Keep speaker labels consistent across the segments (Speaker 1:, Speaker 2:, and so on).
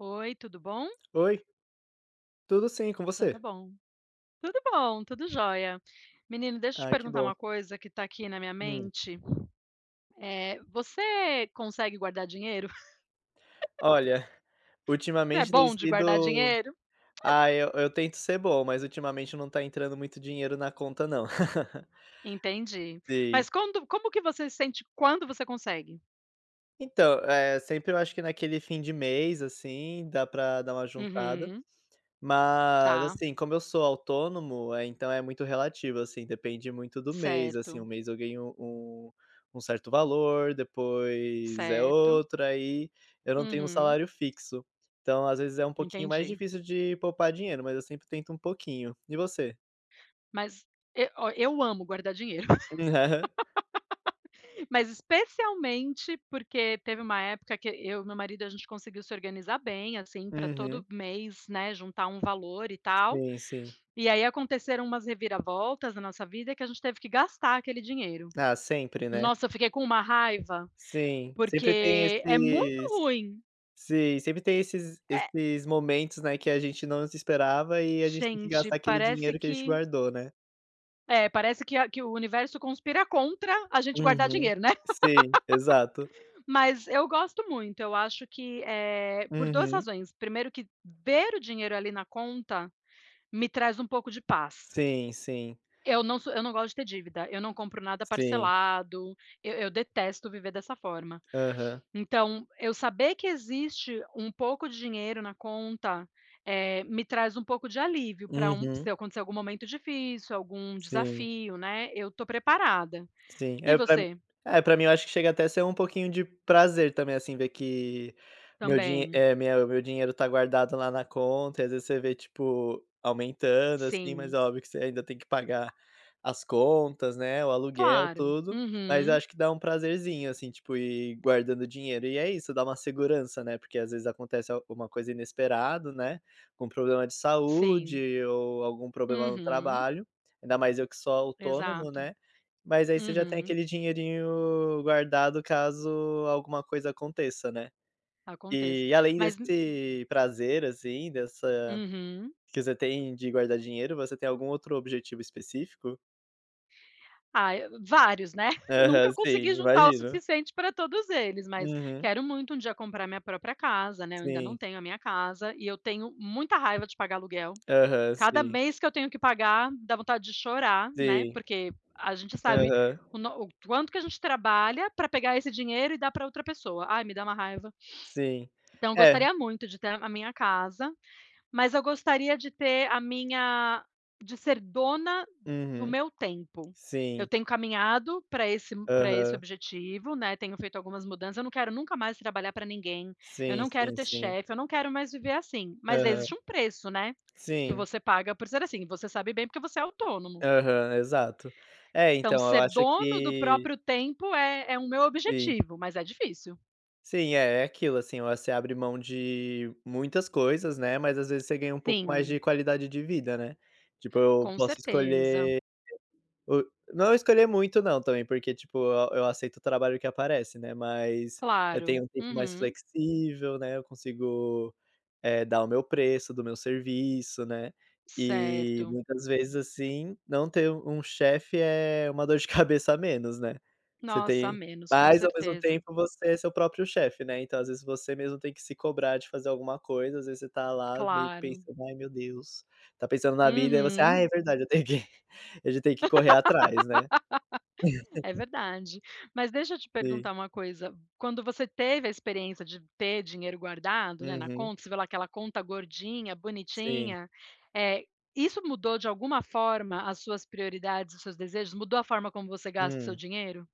Speaker 1: Oi, tudo bom?
Speaker 2: Oi, tudo sim, com
Speaker 1: Então tá
Speaker 2: você?
Speaker 1: bom. Tudo bom, tudo jóia. Menino, deixa eu te
Speaker 2: Ai, que
Speaker 1: perguntar
Speaker 2: bom.
Speaker 1: uma coisa que tá aqui na minha
Speaker 2: Hum.
Speaker 1: mente. Você consegue guardar dinheiro?
Speaker 2: Olha,
Speaker 1: Você é
Speaker 2: ultimamente tem
Speaker 1: bom de guardar
Speaker 2: sido.
Speaker 1: dinheiro?
Speaker 2: Ah, eu tento ser bom, mas ultimamente não tá entrando muito dinheiro na conta não.
Speaker 1: Entendi.
Speaker 2: Sim.
Speaker 1: Mas quando como que você se sente quando você consegue?
Speaker 2: Então, sempre eu acho que naquele fim de mês, assim, dá pra dar uma juntada.
Speaker 1: Uhum,
Speaker 2: Mas,
Speaker 1: tá,
Speaker 2: assim, como eu sou autônomo, então é muito relativo, assim, depende muito do mês, assim, um
Speaker 1: certo,
Speaker 2: mês eu ganho um certo valor, depois é
Speaker 1: certo.
Speaker 2: outro, aí eu não tenho um
Speaker 1: Uhum,
Speaker 2: salário fixo. Então, às vezes, é um pouquinho mais
Speaker 1: entendi.
Speaker 2: difícil de poupar dinheiro, mas eu sempre tento um pouquinho. E você?
Speaker 1: Mas e ó, eu amo guardar dinheiro.
Speaker 2: Aham.
Speaker 1: Mas especialmente porque teve uma época que eu e meu marido a gente conseguiu se organizar bem, assim, para todo
Speaker 2: Uhum.
Speaker 1: mês, né, juntar um valor e tal.
Speaker 2: Sim, sim.
Speaker 1: E aí aconteceram umas reviravoltas na nossa vida que a gente teve que gastar aquele dinheiro.
Speaker 2: Ah, sempre, né.
Speaker 1: Nossa, eu fiquei com uma raiva,
Speaker 2: Sim, sempre tem
Speaker 1: porque é muito
Speaker 2: esses.
Speaker 1: ruim.
Speaker 2: Sim, sempre tem esses
Speaker 1: É,
Speaker 2: esses momentos, né, que a gente não se esperava e a gente tem que
Speaker 1: gente,
Speaker 2: gastar aquele
Speaker 1: parece
Speaker 2: dinheiro que a gente
Speaker 1: que
Speaker 2: guardou, né.
Speaker 1: é, parece que a que o universo conspira contra a gente guardar
Speaker 2: Uhum.
Speaker 1: dinheiro, né.
Speaker 2: Sim, exato.
Speaker 1: Mas eu gosto muito, eu acho que, por 2
Speaker 2: Uhum.
Speaker 1: razões, primeiro que ver o dinheiro ali na conta me traz um pouco de paz.
Speaker 2: Sim, sim,
Speaker 1: Eu não gosto de ter dívida, eu não compro nada
Speaker 2: sim.
Speaker 1: parcelado, eu detesto viver dessa forma.
Speaker 2: Aham.
Speaker 1: Então, eu saber que existe um pouco de dinheiro na conta, me traz um pouco de alívio para
Speaker 2: Uhum.
Speaker 1: se acontecer algum momento difícil, algum
Speaker 2: Sim.
Speaker 1: desafio, né, eu tô preparada.
Speaker 2: Sim,
Speaker 1: E
Speaker 2: é pra.
Speaker 1: você?
Speaker 2: Pra mim eu acho que chega até a ser um pouquinho de prazer também, assim, ver que
Speaker 1: Também.
Speaker 2: o meu dinheiro tá guardado lá na conta e às vezes você vê, tipo, aumentando, assim, mas
Speaker 1: Sim,
Speaker 2: é óbvio que você ainda tem que pagar as contas, né, o aluguel,
Speaker 1: claro.
Speaker 2: tudo, mas eu
Speaker 1: Uhum.
Speaker 2: acho que dá um prazerzinho, assim, tipo, ir guardando dinheiro. E é isso, dá uma segurança, né, porque às vezes acontece alguma coisa inesperado, né, algum problema de
Speaker 1: Sim.
Speaker 2: saúde ou algum problema no
Speaker 1: Uhum.
Speaker 2: trabalho, ainda mais eu que sou autônomo,
Speaker 1: Exato.
Speaker 2: né. Mas aí você já tem
Speaker 1: Uhum.
Speaker 2: aquele dinheirinho guardado caso alguma coisa aconteça, né.
Speaker 1: Aconteça.
Speaker 2: E além
Speaker 1: Mas
Speaker 2: desse prazer, assim, dessa
Speaker 1: uhum.
Speaker 2: que você tem de guardar dinheiro, você tem algum outro objetivo específico?
Speaker 1: Ah, vários, né. Nunca
Speaker 2: Aham, sim,
Speaker 1: consegui juntar o
Speaker 2: imagino.
Speaker 1: suficiente para todos eles, mas
Speaker 2: Uhum,
Speaker 1: quero muito um dia comprar minha própria casa, né, eu ainda não
Speaker 2: sim.
Speaker 1: tenho a minha casa e eu tenho muita raiva de pagar aluguel.
Speaker 2: Aham,
Speaker 1: Cada
Speaker 2: sim.
Speaker 1: mês que eu tenho que pagar, dá vontade de chorar, né,
Speaker 2: Sim.
Speaker 1: porque a gente sabe
Speaker 2: Aham,
Speaker 1: o no o quanto que a gente trabalha para pegar esse dinheiro e dar para outra pessoa. Ai, me dá uma raiva.
Speaker 2: sim.
Speaker 1: Então eu
Speaker 2: É.
Speaker 1: gostaria muito de ter a minha casa. Mas eu gostaria de ter a minha De ser dona do
Speaker 2: Uhum.
Speaker 1: meu tempo. Eu
Speaker 2: Sim.
Speaker 1: tenho caminhado para esse
Speaker 2: Aham.
Speaker 1: objetivo, né, tenho feito algumas mudanças, eu não quero nunca mais trabalhar para ninguém, eu
Speaker 2: Sim,
Speaker 1: não quero
Speaker 2: sim,
Speaker 1: ter
Speaker 2: sim.
Speaker 1: chefe, eu não quero mais viver assim, mas
Speaker 2: Aham.
Speaker 1: existe um preço, né, que
Speaker 2: Sim.
Speaker 1: você paga por ser assim, você sabe bem porque você é autônomo.
Speaker 2: Aham, exato. É,
Speaker 1: Então
Speaker 2: então, eu
Speaker 1: ser
Speaker 2: acho
Speaker 1: dono do
Speaker 2: que
Speaker 1: próprio tempo é o meu
Speaker 2: sim.
Speaker 1: objetivo, mas é difícil.
Speaker 2: Sim, é, é aquilo, assim, você abre mão de muitas coisas, né, mas às vezes você ganha um pouco mais de
Speaker 1: Sim,
Speaker 2: qualidade de vida, né. Tipo, eu
Speaker 1: com
Speaker 2: posso
Speaker 1: certeza.
Speaker 2: escolher o não escolher muito não também, porque tipo, eu aceito o trabalho que aparece, né, mas eu
Speaker 1: Claro.
Speaker 2: tenho um tempo mais
Speaker 1: Uhum.
Speaker 2: flexível, né, eu consigo, dar o meu preço do meu serviço, né, e
Speaker 1: Certo.
Speaker 2: muitas vezes, assim, não ter um chefe é uma dor de cabeça a menos, né. Você
Speaker 1: Nossa, a
Speaker 2: tem.
Speaker 1: menos, com
Speaker 2: Mas ao mesmo
Speaker 1: certeza.
Speaker 2: tempo você é seu próprio chefe, né, então às vezes você mesmo tem que se cobrar de fazer alguma coisa, às vezes você tá lá meio que
Speaker 1: Claro.
Speaker 2: pensando: "Ai meu Deus", tá pensando na vida, e você: "Ah,
Speaker 1: Uhum,
Speaker 2: é verdade, eu tenho que". A gente tem que correr atrás, né.
Speaker 1: é verdade. Mas deixa eu te
Speaker 2: Sim.
Speaker 1: perguntar uma coisa, quando você teve a experiência de ter dinheiro guardado, né, na
Speaker 2: Uhum.
Speaker 1: conta, você vê lá aquela conta gordinha,
Speaker 2: Sim.
Speaker 1: bonitinha, eh, isso mudou de alguma forma as suas prioridades, os seus desejos? Mudou a forma como você gasta o seu
Speaker 2: Hum.
Speaker 1: dinheiro?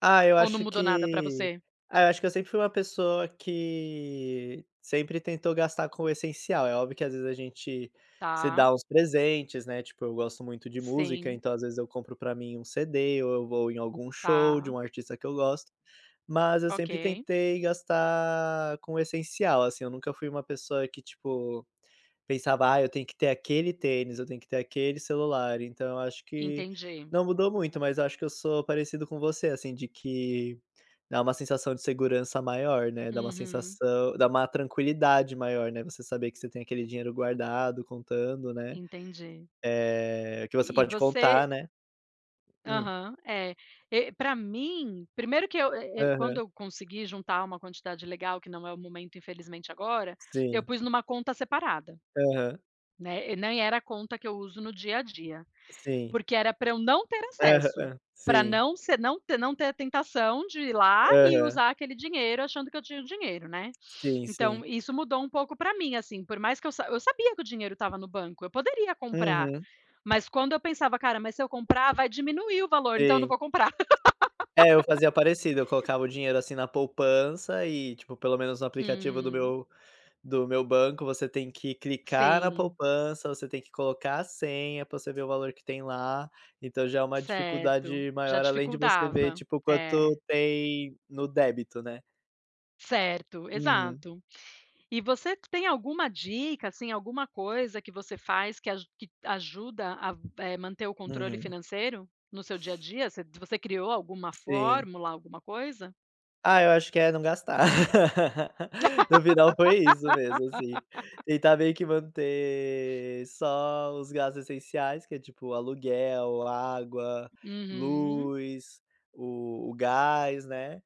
Speaker 2: Ah, eu
Speaker 1: Ou não
Speaker 2: acho
Speaker 1: mudou nada pra
Speaker 2: que
Speaker 1: você?
Speaker 2: ah, eu acho que eu sempre fui uma pessoa que sempre tentou gastar com o essencial. É óbvio que às vezes a gente se
Speaker 1: Tá,
Speaker 2: dá uns presentes, né, tipo, eu gosto muito de música,
Speaker 1: sim,
Speaker 2: então às vezes eu compro pra mim um CD ou eu vou em algum show de
Speaker 1: tá,
Speaker 2: um artista que eu gosto. Mas eu sempre
Speaker 1: ok,
Speaker 2: tentei gastar com o essencial, assim, eu nunca fui uma pessoa que, tipo, pensava: "Ah, eu tenho que ter aquele tênis, eu tenho que ter aquele celular". Então eu acho que
Speaker 1: entendi.
Speaker 2: não mudou muito, mas eu acho que eu sou parecido com você, assim, de que dá uma sensação de segurança maior, né, dá uma
Speaker 1: Uhum,
Speaker 2: sensação dá uma tranquilidade maior, né, você saber que você tem aquele dinheiro guardado, contando, né,
Speaker 1: entendi.
Speaker 2: que você
Speaker 1: E
Speaker 2: pode contar,
Speaker 1: você.
Speaker 2: né. Hum.
Speaker 1: Aham, é. E pra mim, primeiro que eu e quando
Speaker 2: Aham.
Speaker 1: eu consegui juntar uma quantidade legal, que não é o momento, infelizmente, agora, eu
Speaker 2: Sim.
Speaker 1: pus numa conta separada,
Speaker 2: Aham.
Speaker 1: né, e nem era a conta que eu uso no dia a dia,
Speaker 2: Sim.
Speaker 1: porque era para eu não ter acesso,
Speaker 2: Aham.
Speaker 1: para
Speaker 2: Sim.
Speaker 1: não ter a tentação de ir lá e
Speaker 2: Aham.
Speaker 1: usar aquele dinheiro achando que eu tinha o dinheiro, né.
Speaker 2: Sim, sim.
Speaker 1: Então isso mudou um pouco para mim, assim, por mais que eu sabia que o dinheiro estava no banco, eu poderia comprar,
Speaker 2: Uhum.
Speaker 1: mas quando eu pensava: "Cara, mas se eu comprar vai diminuir o valor, então eu não
Speaker 2: Sim.
Speaker 1: vou comprar".
Speaker 2: É, eu fazia parecido, eu colocava o dinheiro, assim, na poupança e, tipo, pelo menos no aplicativo
Speaker 1: Uhum.
Speaker 2: do meu banco, você tem que clicar na
Speaker 1: Sim,
Speaker 2: poupança, você tem que colocar a senha pra você ver o valor que tem lá, então já é uma
Speaker 1: certo.
Speaker 2: dificuldade
Speaker 1: Já
Speaker 2: maior, além de você ver,
Speaker 1: dificultava.
Speaker 2: tipo,
Speaker 1: É,
Speaker 2: quanto tem no débito, né.
Speaker 1: certo,
Speaker 2: Uhum,
Speaker 1: exato. E você tem alguma dica, assim, alguma coisa que você faz que ajuda a, manter o controle
Speaker 2: uhum.
Speaker 1: financeiro no seu dia a dia? Você criou alguma
Speaker 2: Sim.
Speaker 1: fórmula, alguma coisa?
Speaker 2: Ah, eu acho que é não gastar. No final foi isso mesmo, assim. Tentar meio que manter só os gastos essenciais, que é tipo aluguel, água,
Speaker 1: Uhum.
Speaker 2: luz, o gás, né,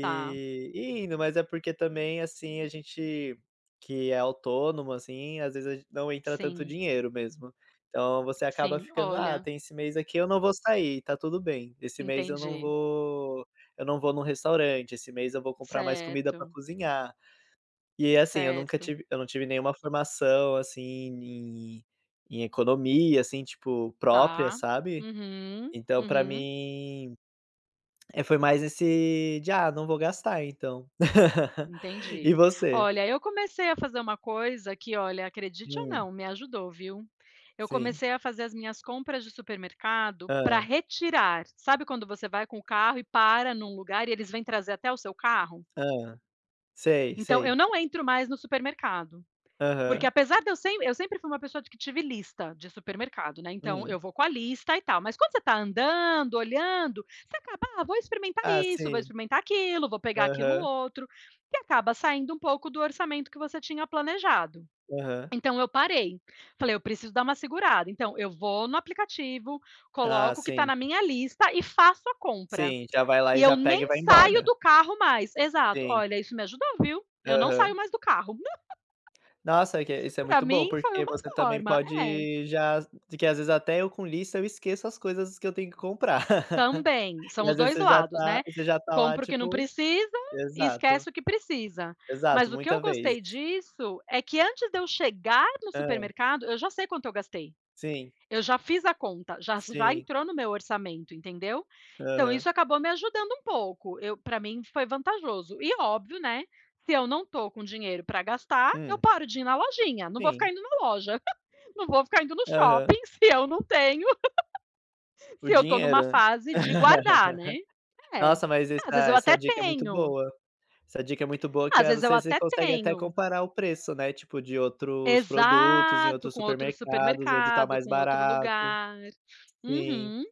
Speaker 1: Tá.
Speaker 2: e indo. Mas é porque também, assim, a gente que é autônomo, assim, às vezes a gen não entra tanto
Speaker 1: Sim,
Speaker 2: dinheiro mesmo. Então você acaba
Speaker 1: sim.
Speaker 2: ficando: "Ah,
Speaker 1: Olha,
Speaker 2: tem esse mês aqui eu não vou sair, tá tudo bem. Esse mês eu não
Speaker 1: entendi.
Speaker 2: vou eu não vou num restaurante, esse mês eu vou comprar mais comida pra
Speaker 1: Certo,
Speaker 2: cozinhar". E assim, eu nunca
Speaker 1: certo.
Speaker 2: tive eu não tive nenhuma formação, assim, em economia, assim, tipo, própria,
Speaker 1: Tá.
Speaker 2: sabe.
Speaker 1: Uhum,
Speaker 2: Então pra
Speaker 1: uhum.
Speaker 2: mim, foi mais esse de: "Ah, não vou gastar então". E
Speaker 1: Entendi.
Speaker 2: você?
Speaker 1: Olha, eu comecei a fazer uma coisa que, olha, acredite ou
Speaker 2: Hum,
Speaker 1: não, me ajudou, viu? Eu
Speaker 2: sim.
Speaker 1: comecei a fazer as minhas compras de supermercado para
Speaker 2: Hã,
Speaker 1: retirar. Sabe quando você vai com o carro e para num lugar e eles vêm trazer até o seu carro?
Speaker 2: hã. Sei,
Speaker 1: Então, eu
Speaker 2: sei.
Speaker 1: não entro mais no supermercado. Porque
Speaker 2: Aham.
Speaker 1: apesar de eu sem eu sempre fui uma pessoa de que tive lista de supermercado, né, então
Speaker 2: Hum.
Speaker 1: eu vou com a lista e tal, mas quando você tá andando, olhando, você acaba: "Ah, vou experimentar
Speaker 2: Ah,
Speaker 1: isso, vou
Speaker 2: sim.
Speaker 1: experimentar aquilo, vou pegar aquilo
Speaker 2: Aham,
Speaker 1: outro", e acaba saindo um pouco do orçamento que você tinha planejado.
Speaker 2: aham.
Speaker 1: Então eu parei, falei: "Eu preciso dar uma segurada", então eu vou no aplicativo,
Speaker 2: Ah,
Speaker 1: coloco o que tá
Speaker 2: sim.
Speaker 1: na minha lista e faço a compra.
Speaker 2: Sim, já vai lá
Speaker 1: E
Speaker 2: e
Speaker 1: eu
Speaker 2: já pega e
Speaker 1: nem
Speaker 2: vai
Speaker 1: saio
Speaker 2: embora.
Speaker 1: do carro mais. Exato.
Speaker 2: Sim.
Speaker 1: Olha, isso me ajudou, viu. Eu não saio
Speaker 2: Aham.
Speaker 1: mais do carro.
Speaker 2: Nossa, é que isso é
Speaker 1: Pra
Speaker 2: muito bom,
Speaker 1: mim foi
Speaker 2: porque
Speaker 1: uma
Speaker 2: você também
Speaker 1: forma. É,
Speaker 2: pode já de que às vezes até eu com lista eu esqueço as coisas que eu tenho que comprar.
Speaker 1: também, são
Speaker 2: E
Speaker 1: os
Speaker 2: às vezes
Speaker 1: 2
Speaker 2: você já
Speaker 1: lados,
Speaker 2: tá
Speaker 1: né.
Speaker 2: você já tá lá
Speaker 1: Compra o que não
Speaker 2: tipo
Speaker 1: precisa e
Speaker 2: exato,
Speaker 1: esquece o que precisa.
Speaker 2: exato,
Speaker 1: Mas o que
Speaker 2: muita
Speaker 1: eu
Speaker 2: vez.
Speaker 1: gostei disso é que antes de eu chegar no
Speaker 2: Hã.
Speaker 1: supermercado, eu já sei quanto eu gastei.
Speaker 2: Sim,
Speaker 1: Eu já fiz a conta, já
Speaker 2: sim.
Speaker 1: entrou no meu orçamento, entendeu. Então
Speaker 2: Aham.
Speaker 1: isso acabou me ajudando um pouco. Eu Pra mim foi vantajoso. E óbvio, né, se eu não tô com dinheiro pra gastar, eu
Speaker 2: Hum,
Speaker 1: paro de ir na lojinha, não vou
Speaker 2: sim.
Speaker 1: ficar indo na loja, não vou ficar indo no
Speaker 2: Aham.
Speaker 1: shopping se eu não tenho.
Speaker 2: O
Speaker 1: Se eu tô numa
Speaker 2: dinheiro, né.
Speaker 1: fase de guardar, né. É.
Speaker 2: Nossa, mas
Speaker 1: Às vezes
Speaker 2: essa
Speaker 1: eu até
Speaker 2: essa dica é muito
Speaker 1: tenho,
Speaker 2: boa. Essa dica é muito boa que
Speaker 1: às
Speaker 2: é
Speaker 1: vezes eu
Speaker 2: você
Speaker 1: até
Speaker 2: consegue até
Speaker 1: tenho.
Speaker 2: comparar o preço, né, tipo de outros produtos em
Speaker 1: Exato,
Speaker 2: outros
Speaker 1: com outro
Speaker 2: supermercados, onde tá
Speaker 1: supermercado,
Speaker 2: mais
Speaker 1: com outro
Speaker 2: barato.
Speaker 1: lugar.
Speaker 2: Sim.
Speaker 1: Uhum.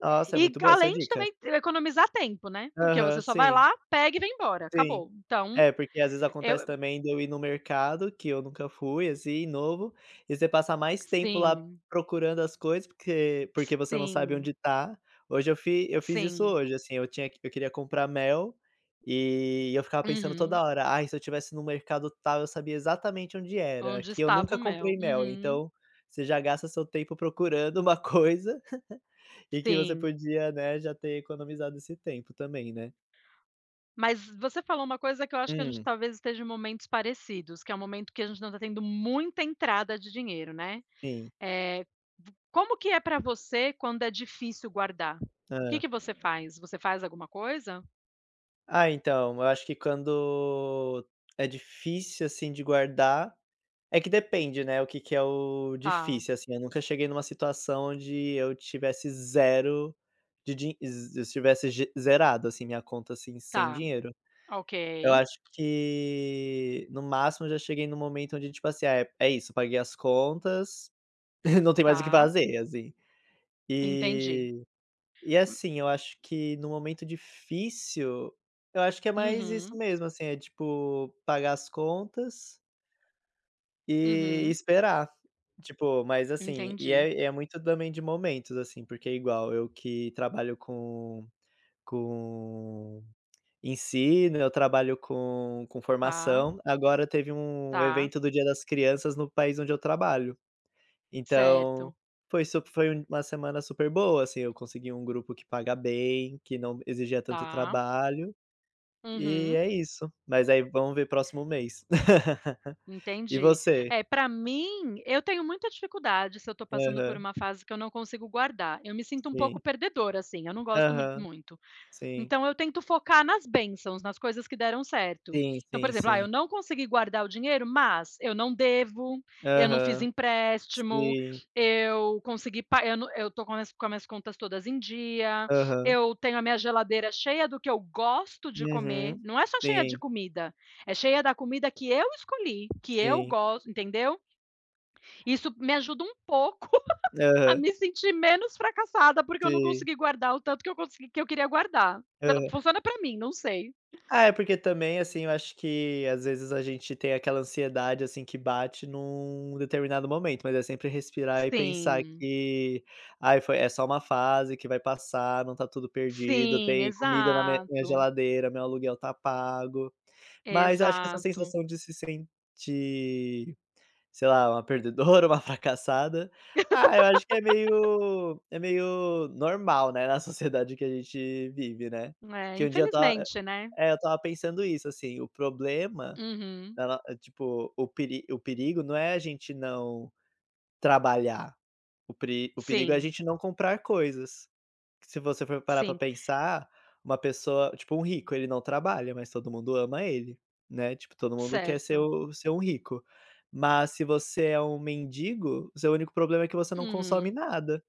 Speaker 2: Nossa, é
Speaker 1: E
Speaker 2: muito boa essa
Speaker 1: além de
Speaker 2: dica.
Speaker 1: também economizar tempo, né, porque você
Speaker 2: Aham,
Speaker 1: só vai
Speaker 2: sim,
Speaker 1: lá, pega e vem embora,
Speaker 2: sim.
Speaker 1: acabou. Então
Speaker 2: É, porque às vezes acontece
Speaker 1: eu
Speaker 2: também de eu ir no mercado, que eu nunca fui, assim, novo, e você passa mais tempo lá
Speaker 1: sim,
Speaker 2: procurando as coisas, porque você não sabe
Speaker 1: sim,
Speaker 2: onde tá. Hoje eu fiz isso
Speaker 1: sim.
Speaker 2: hoje, assim, eu queria comprar mel, e eu ficava pensando
Speaker 1: Uhum.
Speaker 2: toda hora: "Ai, se eu tivesse no mercado tal, eu sabia exatamente onde era",
Speaker 1: Onde
Speaker 2: que eu
Speaker 1: estava
Speaker 2: nunca
Speaker 1: o mel?
Speaker 2: comprei mel,
Speaker 1: Uhum.
Speaker 2: então você já gasta seu tempo procurando uma coisa, e que você
Speaker 1: Sim.
Speaker 2: podia, né, já ter economizado esse tempo também, né.
Speaker 1: Mas você falou uma coisa que eu acho que a gente
Speaker 2: Hum,
Speaker 1: talvez esteja em momentos parecidos, que é um momento que a gente não está tendo muita entrada de dinheiro, né.
Speaker 2: sim.
Speaker 1: Eh, Como que é para você quando é difícil guardar? O que
Speaker 2: Hã.
Speaker 1: que você faz? Você faz alguma coisa?
Speaker 2: Ah, então, eu acho que quando é difícil, assim, de guardar é que depende, né, o que que é o
Speaker 1: Tá,
Speaker 2: difícil, assim, eu nunca cheguei numa situação onde eu tivesse zero de din z eu estivesse ge zerado, assim, minha conta, assim, sem
Speaker 1: tá,
Speaker 2: dinheiro.
Speaker 1: ok,
Speaker 2: Eu acho que, no máximo, eu já cheguei num momento onde, tipo assim, é isso, paguei as contas, não tem mais o que
Speaker 1: tá,
Speaker 2: fazer, assim.
Speaker 1: entendi.
Speaker 2: E E
Speaker 1: Hum,
Speaker 2: assim, eu acho que no momento difícil, eu acho que é mais isso
Speaker 1: uhum,
Speaker 2: mesmo, assim, é tipo, pagar as contas e
Speaker 1: uhum,
Speaker 2: esperar. Tipo, mas assim, e
Speaker 1: entendi.
Speaker 2: é muito também de momentos, assim, porque é igual, eu que trabalho com ensino, eu trabalho com
Speaker 1: Tá,
Speaker 2: formação, agora teve um
Speaker 1: tá,
Speaker 2: evento do Dia das Crianças no país onde eu trabalho. Então,
Speaker 1: certo,
Speaker 2: foi uma semana super boa, assim, eu consegui um grupo que paga bem, que não exigia tanto
Speaker 1: tá,
Speaker 2: trabalho, e
Speaker 1: uhum.
Speaker 2: é isso. Mas aí vamos ver próximo mês. E
Speaker 1: Entendi.
Speaker 2: você?
Speaker 1: É, para mim, eu tenho muita dificuldade se eu tô passando por
Speaker 2: Aham,
Speaker 1: uma fase que eu não consigo guardar. Eu me sinto um pouco
Speaker 2: sim.
Speaker 1: perdedora, assim, eu não gosto
Speaker 2: Aham,
Speaker 1: muito.
Speaker 2: sim.
Speaker 1: Então eu tento focar nas bênçãos, nas coisas que deram certo.
Speaker 2: Sim,
Speaker 1: Então, por
Speaker 2: sim,
Speaker 1: exemplo, ah, eu
Speaker 2: sim.
Speaker 1: não consegui guardar o dinheiro, mas eu não devo, eu não fiz
Speaker 2: Aham,
Speaker 1: empréstimo,
Speaker 2: sim.
Speaker 1: eu consegui pa eu não eu tô com as minhas contas todas em dia,
Speaker 2: Aham.
Speaker 1: eu tenho a minha geladeira cheia do que eu gosto de comer,
Speaker 2: Uhum.
Speaker 1: não é só cheia de
Speaker 2: Sim,
Speaker 1: comida, é cheia da comida que eu escolhi, que eu
Speaker 2: sim.
Speaker 1: gosto, entendeu? Isso me ajuda um pouco a
Speaker 2: Aham,
Speaker 1: me sentir menos fracassada porque eu não
Speaker 2: sim.
Speaker 1: consegui guardar o tanto que eu queria guardar. Pela Funciona pra mim, não sei.
Speaker 2: Ah, é porque também, assim, eu acho que às vezes a gente tem aquela ansiedade, assim, que bate num determinado momento, mas é sempre respirar e pensar
Speaker 1: Sim,
Speaker 2: que: "Ai, foi é só uma fase que vai passar, não tá tudo perdido,
Speaker 1: sim,
Speaker 2: tem comida na minha
Speaker 1: exato,
Speaker 2: geladeira, meu aluguel tá pago". Mas eu acho que essa
Speaker 1: exato.
Speaker 2: sensação de se sentir, sei lá, uma perdedora, uma fracassada, eu acho que é meio normal, né, na sociedade que a gente vive, né.
Speaker 1: É,
Speaker 2: Que um dia eu.
Speaker 1: infelizmente, né.
Speaker 2: É, eu estava pensando isso, assim, o problema
Speaker 1: Uhum.
Speaker 2: da no tipo, o perigo não é a gente não trabalhar, o perigo é a
Speaker 1: Sim,
Speaker 2: gente não comprar coisas. Se você for parar pra
Speaker 1: sim,
Speaker 2: pensar, uma pessoa tipo, um rico, ele não trabalha, mas todo mundo ama ele, né, tipo, todo mundo quer
Speaker 1: certo.
Speaker 2: ser um rico. Mas se você é um mendigo, o seu único problema é que você não consome
Speaker 1: Uhum,
Speaker 2: nada,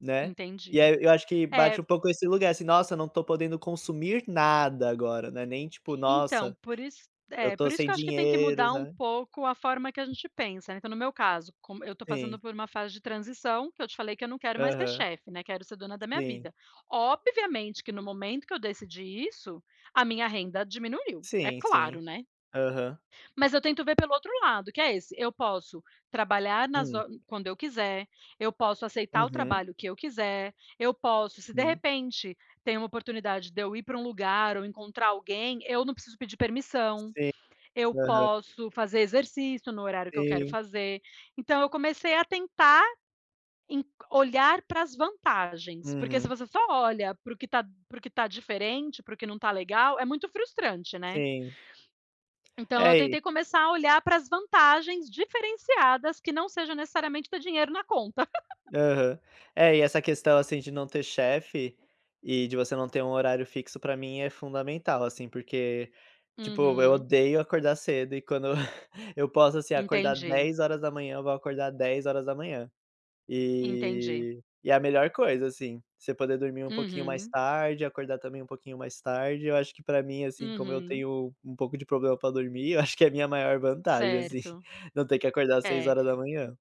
Speaker 2: né. E
Speaker 1: entendi.
Speaker 2: aí eu acho que
Speaker 1: É,
Speaker 2: bate um pouco esse lugar, assim: "Nossa, não tô podendo consumir nada agora", não é nem tipo:
Speaker 1: então,
Speaker 2: "Nossa, eu tô
Speaker 1: por isso que
Speaker 2: sem
Speaker 1: eu acho que tem que
Speaker 2: dinheiro,
Speaker 1: mudar um
Speaker 2: né".
Speaker 1: pouco a forma que a gente pensa, né, então no meu caso, como eu estou passando
Speaker 2: Sim.
Speaker 1: por uma fase de transição, que eu te falei que eu não quero mais ter
Speaker 2: Aham.
Speaker 1: chefe, né, quero ser dona da minha
Speaker 2: Sim.
Speaker 1: vida. Obviamente que no momento que eu decidi isso, a minha renda diminuiu, é
Speaker 2: Sim, sim.
Speaker 1: claro, né.
Speaker 2: Aham.
Speaker 1: Mas eu tento ver pelo outro lado, que é esse, eu posso trabalhar nas
Speaker 2: Hum.
Speaker 1: ho quando eu quiser, eu posso aceitar o
Speaker 2: Uhum.
Speaker 1: trabalho que eu quiser, eu posso se de
Speaker 2: Sim.
Speaker 1: repente tem uma oportunidade de eu ir para um lugar ou encontrar alguém, eu não preciso pedir permissão,
Speaker 2: Sim.
Speaker 1: eu
Speaker 2: Aham.
Speaker 1: posso fazer exercício no horário que eu quero
Speaker 2: Sim.
Speaker 1: fazer. Então eu comecei a tentar en olhar para as vantagens, porque se
Speaker 2: Uhum.
Speaker 1: você só olha para o que está diferente, para o que não está legal, é muito frustrante, né.
Speaker 2: Sim.
Speaker 1: Então eu
Speaker 2: É
Speaker 1: tentei
Speaker 2: e
Speaker 1: começar a olhar para as vantagens diferenciadas que não seja necessariamente ter dinheiro na conta.
Speaker 2: aham. É, e essa questão, assim, de não ter chefe e de você não ter um horário fixo pra mim é fundamental, assim, porque, tipo, eu
Speaker 1: Uhum,
Speaker 2: odeio acordar cedo e quando eu posso, assim, acordar
Speaker 1: entendi,
Speaker 2: 10 horas da manhã eu vou acordar 10 horas da manhã.
Speaker 1: entendi.
Speaker 2: E é a melhor coisa, assim, você poder dormir um pouquinho mais
Speaker 1: Uhum,
Speaker 2: tarde, acordar também um pouquinho mais tarde, eu acho que pra mim, assim, como eu
Speaker 1: uhum,
Speaker 2: tenho um pouco de problema pra dormir, eu acho que é a minha maior vantagem, assim,
Speaker 1: certo.
Speaker 2: não ter que acordar às seis
Speaker 1: É,
Speaker 2: horas da manhã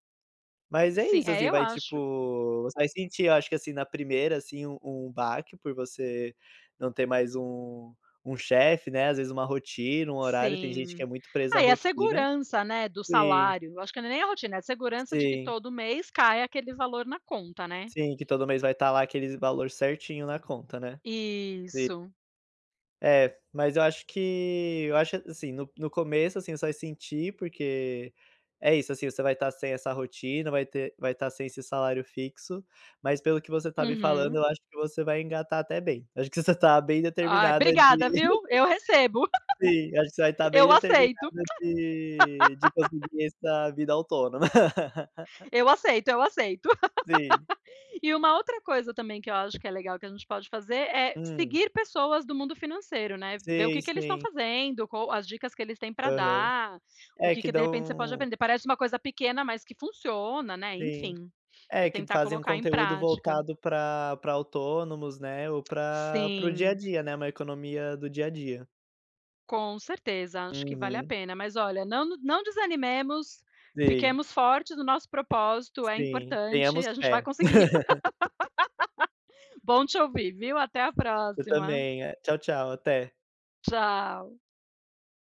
Speaker 2: Mas é
Speaker 1: sim,
Speaker 2: isso,
Speaker 1: é,
Speaker 2: assim,
Speaker 1: eu
Speaker 2: vai
Speaker 1: acho
Speaker 2: tipo, você vai sentir, eu acho que, assim, na primeira, assim, um baque por você não ter mais um chefe, né, às vezes uma rotina, um horário, tem gente que
Speaker 1: sim.
Speaker 2: é muito presa à
Speaker 1: Ah, e a
Speaker 2: rotina.
Speaker 1: segurança, né, do
Speaker 2: Sim,
Speaker 1: salário, acho que não é nem a rotina, é a segurança de que
Speaker 2: sim,
Speaker 1: todo mês cai aquele valor na conta, né.
Speaker 2: sim, que todo mês vai estar lá aquele valor certinho na conta, né.
Speaker 1: Isso,
Speaker 2: É, mas eu acho assim, no começo, assim, você vai sentir, porque é isso, assim, você vai estar sem essa rotina, vai estar sem esse salário fixo, mas pelo que você está me falando,
Speaker 1: uhum.
Speaker 2: eu acho que você vai engatar até bem. Acho que você está bem
Speaker 1: Ai,
Speaker 2: determinada
Speaker 1: obrigada,
Speaker 2: de
Speaker 1: viu, eu recebo,
Speaker 2: sim, acho que você vai estar bem
Speaker 1: eu aceito,
Speaker 2: determinada de conseguir essa vida autônoma.
Speaker 1: eu aceito, eu aceito.
Speaker 2: Sim.
Speaker 1: E uma outra coisa também que eu acho que é legal que a gente pode fazer é
Speaker 2: Hum.
Speaker 1: seguir pessoas do mundo financeiro, né, ver o que
Speaker 2: Sim,
Speaker 1: que eles estão
Speaker 2: sim.
Speaker 1: fazendo, qual as dicas que eles têm para
Speaker 2: Aham.
Speaker 1: dar, o
Speaker 2: É,
Speaker 1: que
Speaker 2: que
Speaker 1: que de repente você pode
Speaker 2: dão
Speaker 1: aprender. Parece uma coisa pequena, mas que funciona, né,
Speaker 2: sim.
Speaker 1: enfim,
Speaker 2: É, que
Speaker 1: tentar
Speaker 2: fazem um
Speaker 1: colocar em
Speaker 2: conteúdo
Speaker 1: prática.
Speaker 2: voltado para autônomos, né, ou para o dia a
Speaker 1: Sim,
Speaker 2: dia, né, uma economia do dia a dia.
Speaker 1: com certeza, acho que vale a
Speaker 2: Uhum.
Speaker 1: pena. Mas olha, não desanimemos,
Speaker 2: Sim,
Speaker 1: fiquemos fortes no nosso propósito, é
Speaker 2: sim.
Speaker 1: importante,
Speaker 2: Tenhamos
Speaker 1: a gente vai
Speaker 2: fé.
Speaker 1: conseguir. Bom te ouvir, viu? Até a
Speaker 2: Eu
Speaker 1: próxima.
Speaker 2: também. É, tchau, tchau, até.
Speaker 1: Tchau.